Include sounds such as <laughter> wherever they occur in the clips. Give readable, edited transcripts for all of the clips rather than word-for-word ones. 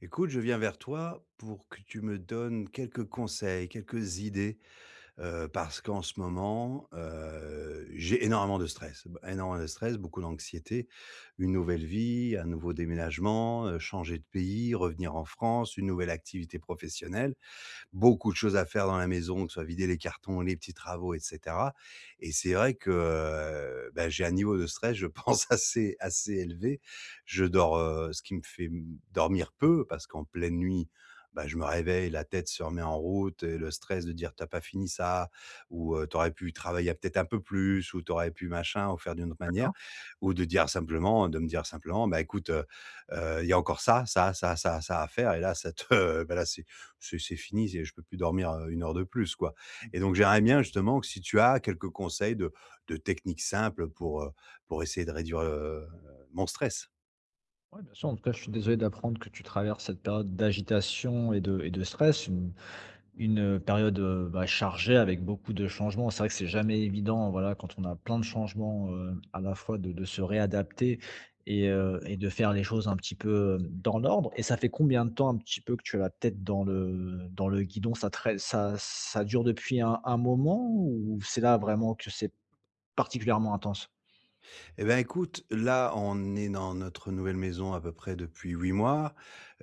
Écoute, je viens vers toi pour que tu me donnes quelques conseils, quelques idées, parce qu'en ce moment, j'ai énormément de stress, beaucoup d'anxiété, une nouvelle vie, un nouveau déménagement, changer de pays, revenir en France, une nouvelle activité professionnelle, beaucoup de choses à faire dans la maison, que ce soit vider les cartons, les petits travaux et cetera. Et c'est vrai que, bah, j'ai un niveau de stress, je pense, <laughs> assez élevé. Je dors, ce qui me fait m dormir peu parce qu'en pleine nuit, bah, je me réveille, la tête se remet en route et le stress de dire: «t'as pas fini ça» ou, «Tu pu travailler peut-être un peu plus» ou «t'aurais pu machin ou faire d'une autre manière» D'accord. ou de me dire simplement: «Bah, écoute, il y a encore ça, ça, ça, ça, ça à faire», et là, ça te, <laughs> bah, là, c'est fini, c'est je peux plus dormir, 1 heure de plus, quoi. Mmh. Et donc j'aimerais bien justement que si tu as quelques conseils de techniques simples pour essayer de réduire, mon stress. Ouais, bien sûr, en tout cas, je suis désolé d'apprendre que tu traverses cette période d'agitation et de stress, période, bah, chargée avec beaucoup de changements. C'est vrai que c'est jamais évident, voilà, quand on a plein de changements, à la fois de se réadapter et de faire les choses un petit peu, dans l'ordre. Et ça fait combien de temps un petit peu que tu as la tête dans le guidon? Ça trai ça ça dure depuis un moment ou c'est là vraiment que c'est particulièrement intense? Eh ben, écoute, là, on est dans notre nouvelle maison à peu près depuis 8 mois.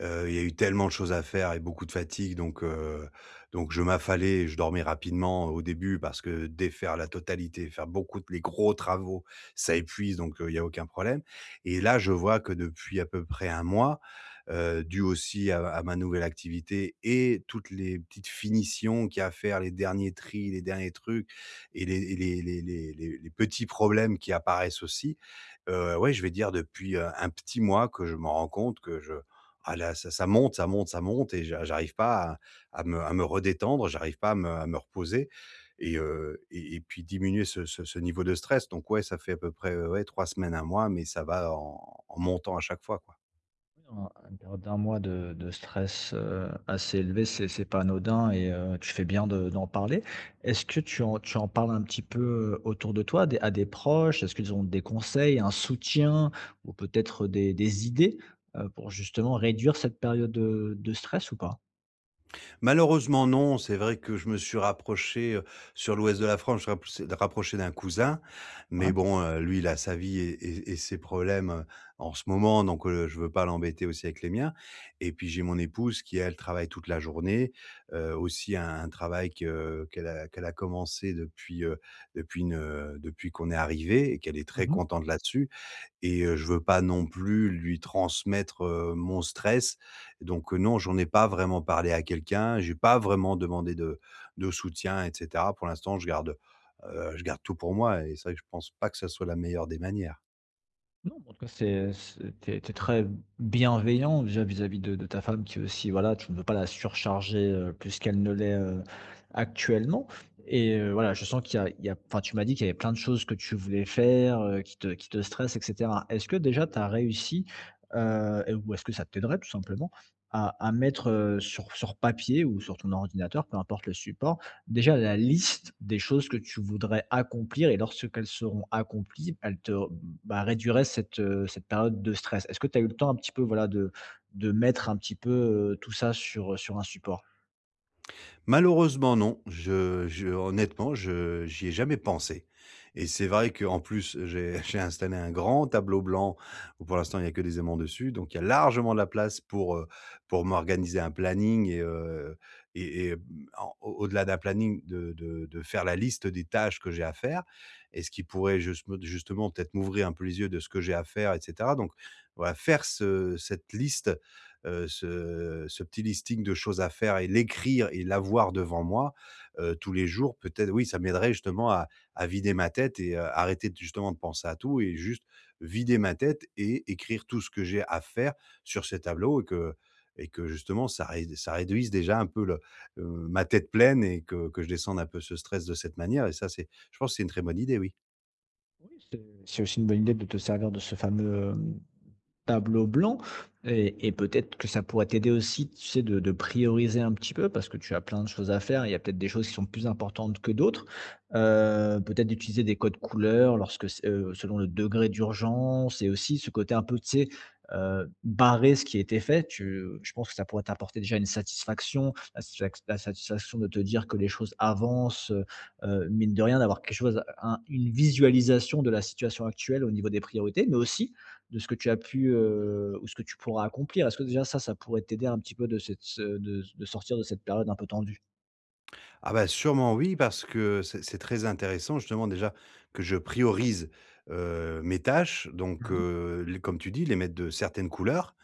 Il y a eu tellement de choses à faire et beaucoup de fatigue donc je m'affalais et je dormais rapidement au début parce que défaire la totalité, faire beaucoup de les gros travaux, ça épuise donc, il y a aucun problème. Et là, je vois que depuis à peu près un mois, dû aussi à ma nouvelle activité et toutes les petites finitions qu'il y a à faire, les derniers tris, les derniers trucs et les petits problèmes qui apparaissent aussi. Ouais, je vais dire depuis, un petit mois que je me rends compte que je, ah là, ça monte, ça monte, ça monte, et j'arrive pas à me redétendre, j'arrive pas à me reposer et puis diminuer ce niveau de stress donc ouais, ça fait à peu près, ouais 3 semaines, 1 mois, mais ça va en montant à chaque fois, quoi. Un d'un mois de stress, assez élevé, c'est pas anodin et tu fais bien de d'en parler. Est-ce que tu en parles un petit peu, autour de toi, à des proches? Est-ce qu'ils ont des conseils, un soutien ou peut-être des idées, pour justement réduire cette période de stress ou pas? Malheureusement non, c'est vrai que je me suis rapproché, sur l'ouest de la France, je me suis rapproché d'un cousin, mais Ouais. bon, lui il a sa vie et ses problèmes, en ce moment je veux pas l'embêter aussi avec les miens, et puis j'ai mon épouse qui elle travaille toute la journée, aussi un travail que qu'elle a commencé depuis, depuis qu'on est arrivé et qu'elle est très Mmh. contente là-dessus, et je veux pas non plus lui transmettre, mon stress. Donc, non, j'en ai pas vraiment parlé à quelqu'un, j'ai pas vraiment demandé de soutien et cetera. Pour l'instant, je garde tout pour moi et c'est vrai que je pense pas que ça soit la meilleure des manières. Non, en tout cas, c'est tu es très bienveillant déjà vis-à-vis de ta femme qui aussi, voilà, tu ne veux pas la surcharger, plus qu'elle ne l'est, actuellement. Et voilà, je sens qu'il y a enfin, tu m'as dit qu'il y avait plein de choses que tu voulais faire, qui te stressent et cetera. Est-ce que déjà tu as réussi, et ou est-ce que ça t'aiderait tout simplement à mettre, sur papier ou sur ton ordinateur, peu importe le support, déjà la liste des choses que tu voudrais accomplir, et lorsqu'elles seront accomplies, elles te, bah, réduirait cette période de stress. Est-ce que tu as eu le temps un petit peu, voilà, de mettre un petit peu, tout ça sur un support? Malheureusement non, je honnêtement, je j'y ai jamais pensé et c'est vrai qu'en plus j'ai <laughs> j'ai installé un grand tableau blanc où pour l'instant il n'y a que des aimants dessus, donc il y a largement de la place pour m'organiser un planning, et mmh, en au au-delà d'un planning de faire la liste des tâches que j'ai à faire et ce qui pourrait justement peut-être m'ouvrir un peu les yeux de ce que j'ai à faire et cetera. Donc voilà, faire ce cette liste, ce petit listing de choses à faire et l'écrire et l'avoir devant moi, tous les jours, peut-être oui, ça m'aiderait justement à vider ma tête et arrêter de justement de penser à tout et juste vider ma tête et écrire tout ce que j'ai à faire sur ces tableaux, et que justement ça réduise déjà un peu heu, ma tête pleine et que je descende un peu ce stress de cette manière, et ça, c'est je pense que c'est une très bonne idée, oui. C'est aussi une bonne idée de te servir de ce fameux, hem tableau blanc. Et peut-être que ça pourrait t'aider aussi, tu sais, de prioriser un petit peu parce que tu as plein de choses à faire. Il y a peut-être des choses qui sont plus importantes que d'autres. Peut-être d'utiliser des codes couleurs lorsque, selon le degré d'urgence et aussi ce côté un peu, tu sais, barrer ce qui a été fait. Je pense que ça pourrait t'apporter déjà une satisfaction, la satisfaction de te dire que les choses avancent, mine de rien, d'avoir quelque chose, une visualisation de la situation actuelle au niveau des priorités, mais aussi de ce que tu as pu, ou ce que tu pourras accomplir. Est-ce que déjà ça, ça pourrait t'aider un petit peu de sortir de cette période un peu tendue? Ah bah, sûrement oui, parce que c'est très intéressant justement déjà que je priorise, mes tâches Mmh. Les comme tu dis, les mettre de certaines couleurs,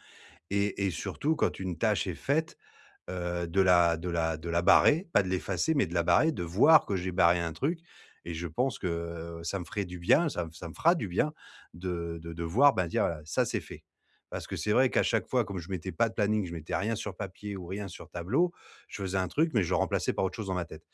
et surtout quand une tâche est faite, de la barrer, pas de l'effacer, mais de la barrer, de voir que j'ai barré un truc, et je pense que, ça me ferait du bien, ça me fera du bien de voir, ben, dire: «Voilà, ça c'est fait». Parce que c'est vrai qu'à chaque fois, comme je mettais pas de planning, je mettais rien sur papier ou rien sur tableau, je faisais un truc, mais je le remplaçais par autre chose dans ma tête,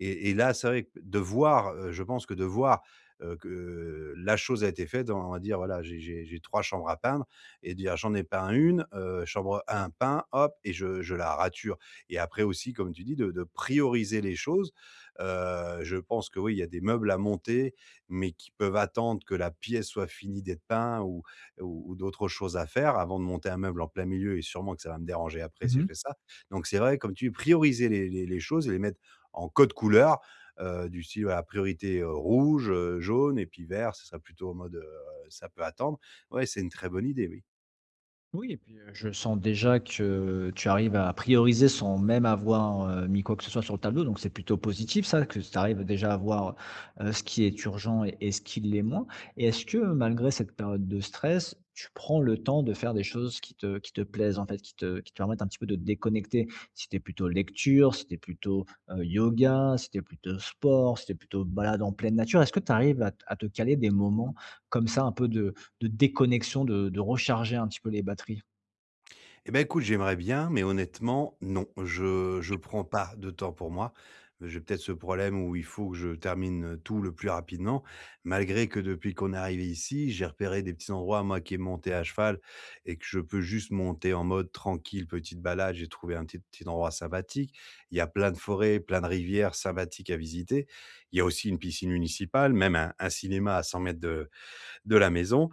et là, c'est vrai que je pense que de voir, que la chose a été faite, on va dire: «Voilà, j'ai 3 chambres à peindre» et dire: «J'en ai peint une, chambre Voilà. un peint, hop et je la rature». Et après aussi, comme tu dis, de prioriser les choses. Je pense que oui, il y a des meubles à monter, mais qui peuvent attendre que la pièce soit finie d'être peint ou d'autres choses à faire avant de monter un meuble en plein milieu, et sûrement que ça va me déranger après si je Mmh. fais ça. Donc c'est vrai, comme tu dis, prioriser les choses et les mettre en code couleur, du style, voilà, priorité, rouge, jaune et puis vert, ce serait plutôt en mode, ça peut attendre. Ouais, c'est une très bonne idée, oui. Oui et puis, je sens déjà que tu arrives à prioriser sans même avoir, mis quoi que ce soit sur le tableau, donc c'est plutôt positif ça, que tu arrives déjà à voir, ce qui est urgent et ce qui l'est moins. Et est-ce que malgré cette période de stress, tu prends le temps de faire des choses qui te plaisent en fait, qui te permettent un petit peu de te déconnecter? Si tu plutôt lecture, si tu plutôt, yoga, si tu plutôt sport, si tu plutôt balade en pleine nature, est-ce que tu arrives à te caler des moments comme ça un peu de déconnexion, de recharger un petit peu les batteries? Eh ben, écoute, j'aimerais bien, mais honnêtement, non. Je prends pas de temps pour moi. J'ai peut-être ce problème où il faut que je termine, tout le plus rapidement. Malgré que depuis qu'on est arrivé ici, j'ai repéré des petits endroits, moi qui aime monter à cheval et que je peux juste monter en mode tranquille, petite balade. J'ai trouvé un petit petit endroit sympathique. Il y a plein de forêts, plein de rivières sympathiques à visiter. Il y a aussi une piscine municipale, même un cinéma à 100 mètres de la maison.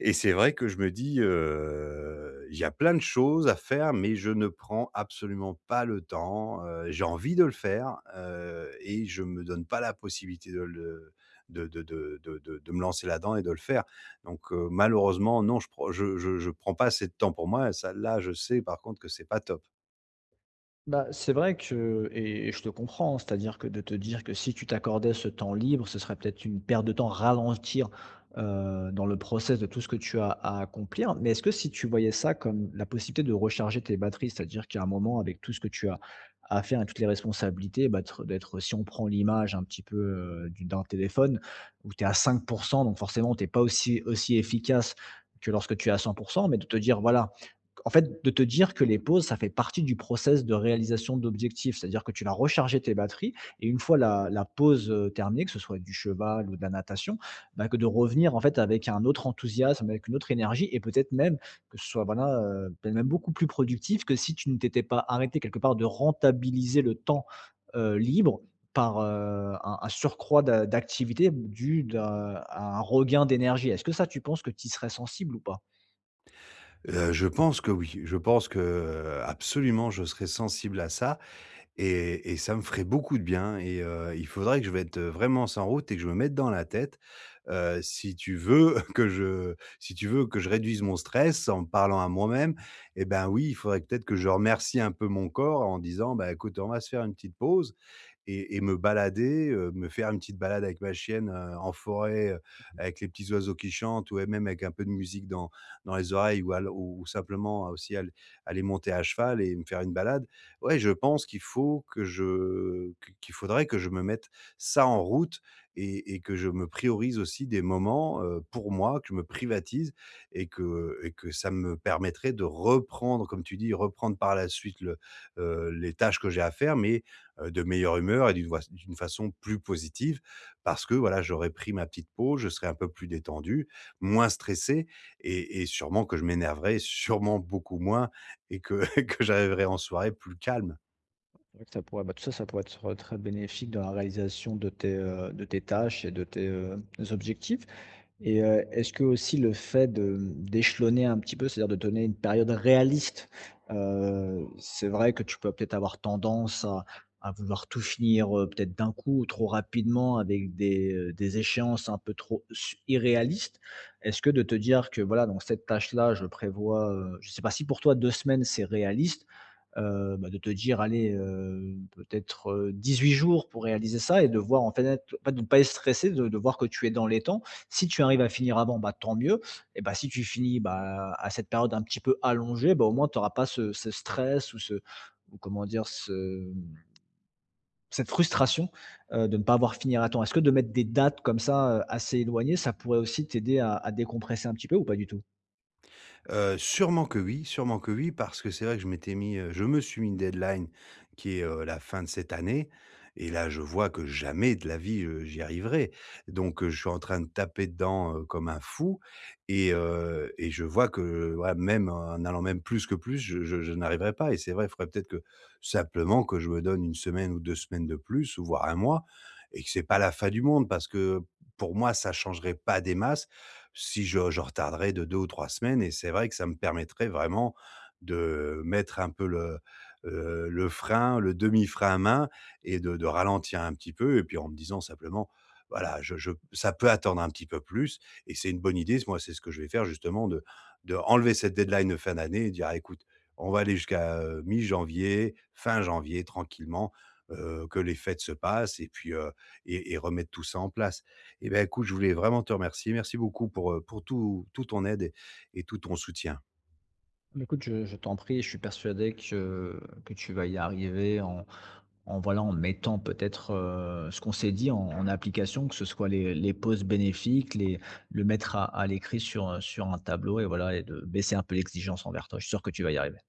Et c'est vrai que je me dis, il y a plein de choses à faire, mais je ne prends absolument pas le temps, j'ai envie de le faire, et je me donne pas la possibilité de le de me lancer là-dedans et de le faire. Donc, malheureusement, non, je prends pas assez de temps pour moi et ça, là, je sais par contre que c'est pas top. Bah, c'est vrai que et je te comprends, hein, c'est-à-dire que de te dire que si tu t'accordais ce temps libre, ce serait peut-être une perte de temps, ralentir, dans le process de tout ce que tu as à accomplir. Mais est-ce que si tu voyais ça comme la possibilité de recharger tes batteries, c'est-à-dire qu'à un moment avec tout ce que tu as à faire et toutes les responsabilités, bah, d'être si on prend l'image un petit peu, du d'un téléphone où tu es à 5%, donc forcément tu es pas aussi efficace que lorsque tu es à 100%, mais de te dire: «Voilà, en fait, de te dire que les pauses, ça fait partie du process de réalisation d'objectifs.» C'est-à-dire que tu vas recharger tes batteries et une fois la pause terminée, que ce soit du cheval ou de la natation, bah, que de revenir en fait avec un autre enthousiasme, avec une autre énergie et peut-être même que ce soit voilà, peut-être même beaucoup plus productif que si tu ne t'étais pas arrêté quelque part de rentabiliser le temps libre par un surcroît d'activité dû à un regain d'énergie. Est-ce que ça, tu penses que tu y serais sensible ou pas? Je pense que oui, absolument, je serai sensible à ça. Et ça me ferait beaucoup de bien et il faudrait que je mette, vraiment sans route et que je me mette dans la tête, si tu veux <laughs> que je si tu veux que je réduise mon stress en me parlant à moi-même, eh ben, oui, il faudrait peut-être que je remercie un peu mon corps en disant: «Bah, écoute, on va se faire une petite pause» et me balader, me faire une petite balade avec ma chienne, en forêt, avec les petits oiseaux qui chantent ou même avec un peu de musique dans les oreilles, ou simplement aussi al aller monter à cheval et me faire une balade. Ouais, je pense qu'il faut que je qu qu'il faudrait que je me mette ça en route, et que je me priorise aussi des moments, pour moi, que je me privatise, et que ça me permettrait de reprendre, comme tu dis, reprendre par la suite les tâches que j'ai à faire, mais de meilleure humeur et d'une façon plus positive, parce que, voilà, j'aurais pris ma petite pause, je serais un peu plus détendu, moins stressé, et sûrement que je m'énerverais sûrement beaucoup moins et que <laughs> que j'arriverais en soirée plus calme. C'est vrai que ça pourrait bah, tout ça, ça pourrait être très bénéfique dans la réalisation de tes tâches et de tes, objectifs. Et est-ce que aussi le fait de d'échelonner un petit peu, c'est-à-dire de donner une période réaliste, c'est vrai que tu peux peut-être avoir tendance à vouloir tout finir peut-être d'un coup ou trop rapidement avec des échéances un peu trop irréalistes. Est-ce que de te dire que voilà, dans cette tâche-là, je prévois, je sais pas si pour toi 2 semaines c'est réaliste, bah, de te dire, allez, peut-être 8 jours pour réaliser ça et de voir de ne pas être stressé, de voir que tu es dans les temps si tu arrives à finir avant, bah, tant mieux et bah, si tu finis, bah, à cette période un petit peu allongée, bah, au moins tu auras pas ce stress ou comment dire? Ce cette frustration, de ne pas avoir fini à temps. Est-ce que de mettre des dates comme ça, assez éloignées, ça pourrait aussi t'aider à décompresser un petit peu ou pas du tout? Sûrement que oui, sûrement que oui, parce que c'est vrai que je m'étais mis, je me suis mis une deadline qui est, la fin de cette année, et là, je vois que jamais de la vie, j'y arriverai. Donc, je suis en train de taper dedans, comme un fou, et je vois que, ouais, même en allant même plus que plus, je n'arriverai pas, et c'est vrai, il faudrait peut-être que simplement que je me donne une semaine ou 2 semaines de plus ou voire un mois, et que c'est pas la fin du monde parce que pour moi, ça changerait pas des masses si je retarderais de 2 ou 3 semaines, et c'est vrai que ça me permettrait vraiment de mettre un peu le frein, le demi-frein à main, et de ralentir un petit peu, et puis en me disant simplement: «Voilà, je ça peut attendre un petit peu plus». Et c'est une bonne idée, moi, c'est ce que je vais faire, justement de enlever cette deadline de fin d'année et dire: «Ah écoute, on va aller jusqu'à, mi-janvier, fin janvier tranquillement, que les fêtes se passent» et puis, remettre tout ça en place. Eh ben, écoute, je voulais vraiment te remercier. Merci beaucoup pour tout ton aide et tout ton soutien. Bah, écoute, je t'en prie, je suis persuadé que tu vas y arriver en voilà, en mettant peut-être, ce qu'on s'est dit en application, que ce soit les pauses bénéfiques, les le mettre à l'écrit sur, sur un tableau et voilà et de baisser un peu l'exigence envers toi. Je suis sûr que tu vas y arriver.